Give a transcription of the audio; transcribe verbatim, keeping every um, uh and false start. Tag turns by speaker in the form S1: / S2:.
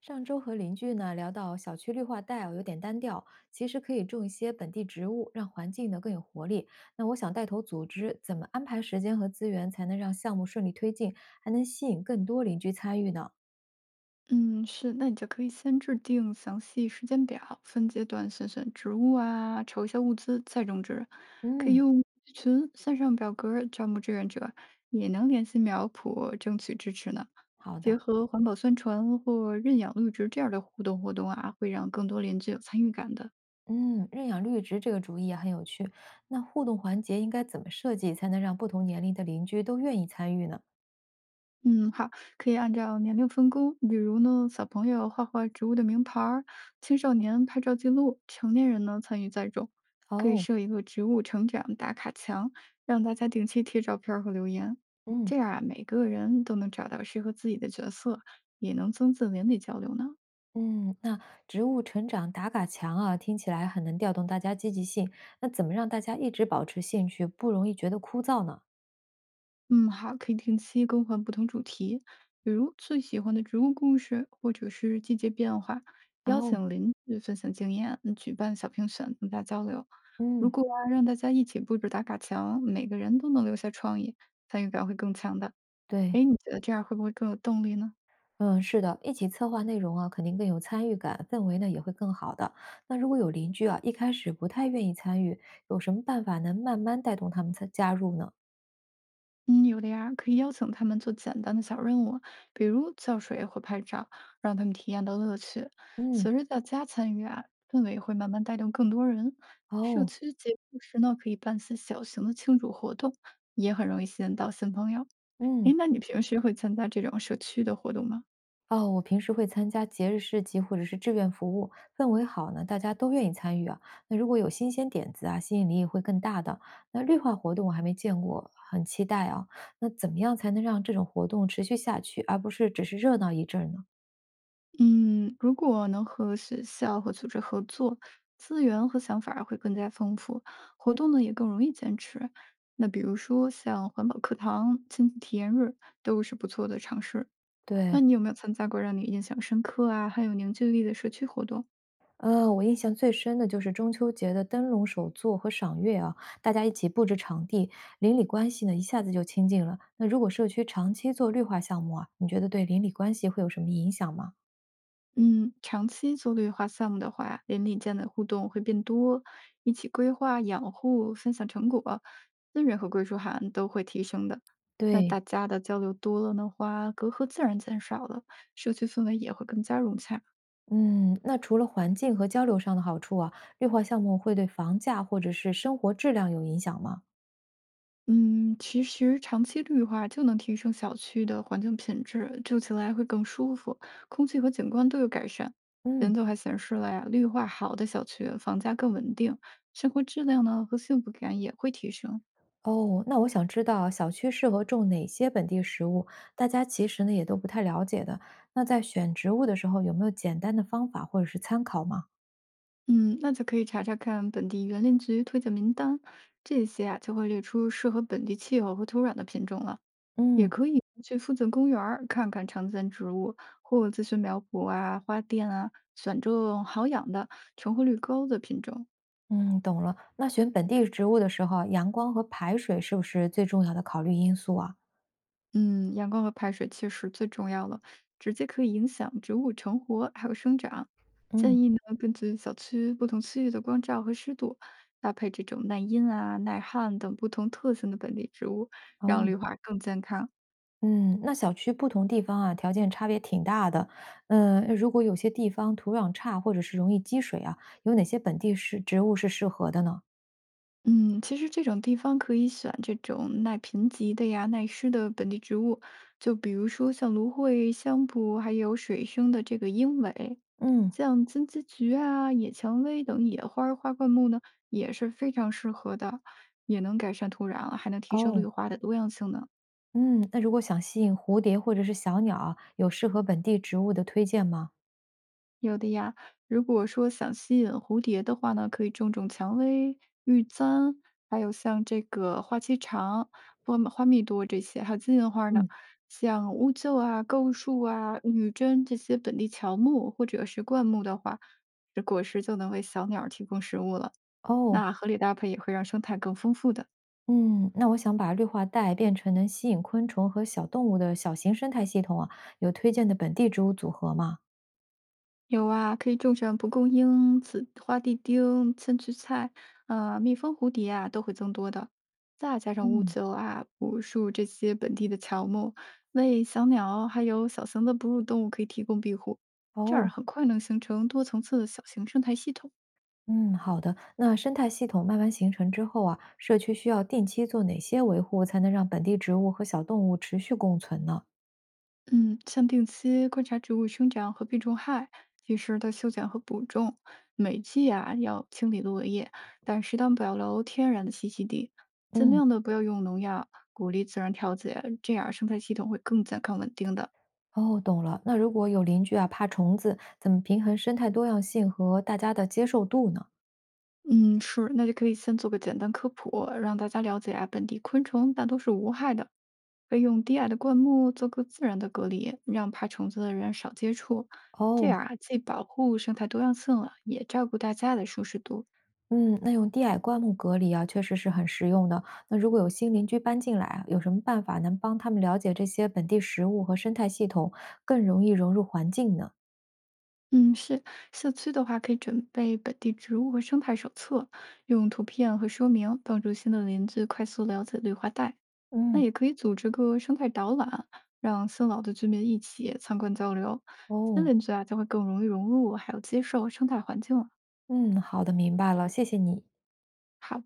S1: 上周和邻居呢聊到小区绿化带哦有点单调，其实可以种一些本地植物，让环境呢更有活力。那我想带头组织，怎么安排时间和资源才能让项目顺利推进，还能吸引更多邻居参与呢？
S2: 嗯，是，那你就可以先制定详细时间表，分阶段选选植物啊，筹一下物资，再种植。可以
S1: 嗯，
S2: 用群、算上表格儿招募志愿者，也能联系苗圃争取支持呢。
S1: 好
S2: 结
S1: 的，
S2: 合环保宣传或认养绿植这样的互动活动啊，会让更多邻居有参与感的。
S1: 嗯，认养绿植这个主意也很有趣。那互动环节应该怎么设计，才能让不同年龄的邻居都愿意参与呢？
S2: 嗯，好，可以按照年龄分工，比如呢，小朋友画画植物的名牌儿，青少年拍照记录，成年人呢参与栽种，可以
S1: 哦，
S2: 设一个植物成长打卡墙，让大家定期贴照片儿和留言，
S1: 嗯。
S2: 这样啊，每个人都能找到适合自己的角色，也能增进邻里交流呢。
S1: 嗯，那植物成长打卡墙啊，听起来很能调动大家积极性。那怎么让大家一直保持兴趣，不容易觉得枯燥呢？
S2: 嗯，好，可以定期更换不同主题，比如最喜欢的植物故事，或者是季节变化，邀
S1: 哦，
S2: 请邻居分享经验，举办小评选，增加交流。如
S1: 嗯，
S2: 果啊让大家一起布置打卡墙，每个人都能留下创意，参与感会更强的。
S1: 对，
S2: 哎，你觉得这样会不会更有动力呢？
S1: 嗯，是的，一起策划内容啊，肯定更有参与感，氛围呢也会更好的。那如果有邻居啊，一开始不太愿意参与，有什么办法能慢慢带动他们参加入呢？
S2: 嗯，有的呀，可以邀请他们做简单的小任务，比如浇水或拍照，让他们体验到乐趣。
S1: 嗯，
S2: 随着大家参与啊，氛围会慢慢带动更多人。社
S1: 哦，
S2: 区节目时呢，可以办些小型的庆祝活动，也很容易吸引到新朋友。
S1: 嗯。
S2: 诶，那你平时会参加这种社区的活动吗？
S1: 哦，我平时会参加节日市集或者是志愿服务，氛围好呢，大家都愿意参与啊。那如果有新鲜点子啊，吸引力也会更大的。那绿化活动我还没见过，很期待啊。那怎么样才能让这种活动持续下去，而不是只是热闹一阵儿呢？
S2: 嗯，如果能和学校和组织合作，资源和想法儿会更加丰富，活
S1: 嗯，
S2: 动呢也更容易坚持。那比如说像环保课堂、亲子体验日，都是不错的尝试。
S1: 对，
S2: 那你有没有参加过让你印象深刻啊，很有凝聚力的社区活动？
S1: 呃，我印象最深的就是中秋节的灯笼手作和赏月啊，大家一起布置场地，邻里关系呢一下子就亲近了。那如果社区长期做绿化项目啊，你觉得对邻里关系会有什么影响吗？
S2: 嗯，长期做绿化项目的话，邻里间的互动会变多，一起规划、养护、分享成果，资源和归属感都会提升的。那
S1: 对，
S2: 大家的交流多了的话，隔阂自然减少了，社区氛围也会更加融洽。
S1: 嗯，那除了环境和交流上的好处啊，绿化项目会对房价或者是生活质量有影响吗？
S2: 嗯，其实长期绿化就能提升小区的环境品质，住起来会更舒服，空气和景观都有改善。
S1: 嗯，
S2: 研究还显示了呀，绿化好的小区房价更稳定，生活质量呢和幸福感也会提升。
S1: 哦，那我想知道小区适合种哪些本地植物，大家其实呢也都不太了解的。那在选植物的时候，有没有简单的方法或者是参考吗？
S2: 嗯，那就可以查查看本地园林局推荐名单，这些啊就会列出适合本地气候和土壤的品种了。也
S1: 嗯
S2: 可以去附近公园儿看看常见植物，或咨询苗圃啊、花店啊，选种好养的、成活率高的品种。
S1: 嗯，懂了。那选本地植物的时候啊阳光和排水是不是最重要的考虑因素啊？
S2: 嗯，阳光和排水确实最重要了，直接可以影响植物成活还有生长。
S1: 嗯，
S2: 建议呢，根据小区不同区域的光照和湿度，搭配这种耐阴啊、耐旱等不同特性的本地植物，让
S1: 哦。
S2: 绿化更健康。
S1: 嗯，那小区不同地方啊，条件差别挺大的。嗯，如果有些地方土壤差，或者是容易积水啊，有哪些本地是植物是适合的呢？
S2: 嗯，其实这种地方可以选这种耐贫瘠的呀、耐湿的本地植物，就比如说像芦荟、香蒲，还有水生的这个鹰尾，
S1: 嗯，
S2: 像金丝菊啊、野蔷薇等野花儿花灌木呢，也是非常适合的，也能改善土壤，还能提升
S1: 哦，
S2: 绿化的多样性呢。
S1: 嗯，那如果想吸引蝴蝶或者是小鸟啊有适合本地植物的推荐吗？
S2: 有的呀，如果说想吸引蝴蝶的话呢，可以种种蔷薇、玉簪，还有像这个花期长、花花蜜多这些，还有金银花呢，
S1: 嗯，
S2: 像乌桕啊、构树啊、女贞这些本地乔木或者是灌木的话，这果实就能为小鸟儿提供食物了。
S1: 哦，
S2: 那合理搭配也会让生态更丰富的。
S1: 嗯，那我想把绿化带变成能吸引昆虫和小动物的小型生态系统啊，有推荐的本地植物组合吗？
S2: 有啊，可以种上蒲公英、紫花地丁、千屈菜，呃，蜜蜂、蝴蝶啊都会增多的。再加上乌
S1: 嗯，
S2: 桕啊、柏树这些本地的乔木，为小鸟还有小型的哺乳动物可以提供庇护，这儿
S1: 哦，
S2: 很快能形成多层次的小型生态系统。
S1: 嗯，好的。那生态系统慢慢形成之后啊，社区需要定期做哪些维护，才能让本地植物和小动物持续共存呢？
S2: 嗯，像定期观察植物生长和病虫害，及时的修剪和补种，每季啊要清理落叶，但适当保留天然的栖息地，尽
S1: 嗯，
S2: 量的不要用农药，鼓励自然调节，这样生态系统会更健康稳定的。
S1: 哦，懂了。那如果有邻居啊怕虫子，怎么平衡生态多样性和大家的接受度呢？
S2: 嗯，是，那就可以先做个简单科普，让大家了解啊本地昆虫大都是无害的，可以用低矮的灌木做个自然的隔离，让怕虫子的人少接触。这
S1: 哦，
S2: 样啊，既保护生态多样性了，也照顾大家的舒适度。
S1: 嗯，那用低矮灌木隔离啊，确实是很实用的。那如果有新邻居搬进来啊，有什么办法能帮他们了解这些本地食物和生态系统，更容易融入环境呢？
S2: 嗯，是社区的话，可以准备本地植物和生态手册，用图片和说明帮助新的邻居快速了解绿化带。那
S1: 嗯，
S2: 也可以组织个生态导览，让新老的居民一起参观交流，新
S1: 哦，
S2: 邻居啊就会更容易融入，还有接受生态环境了。
S1: 嗯，好的，明白了，谢谢你。
S2: 好。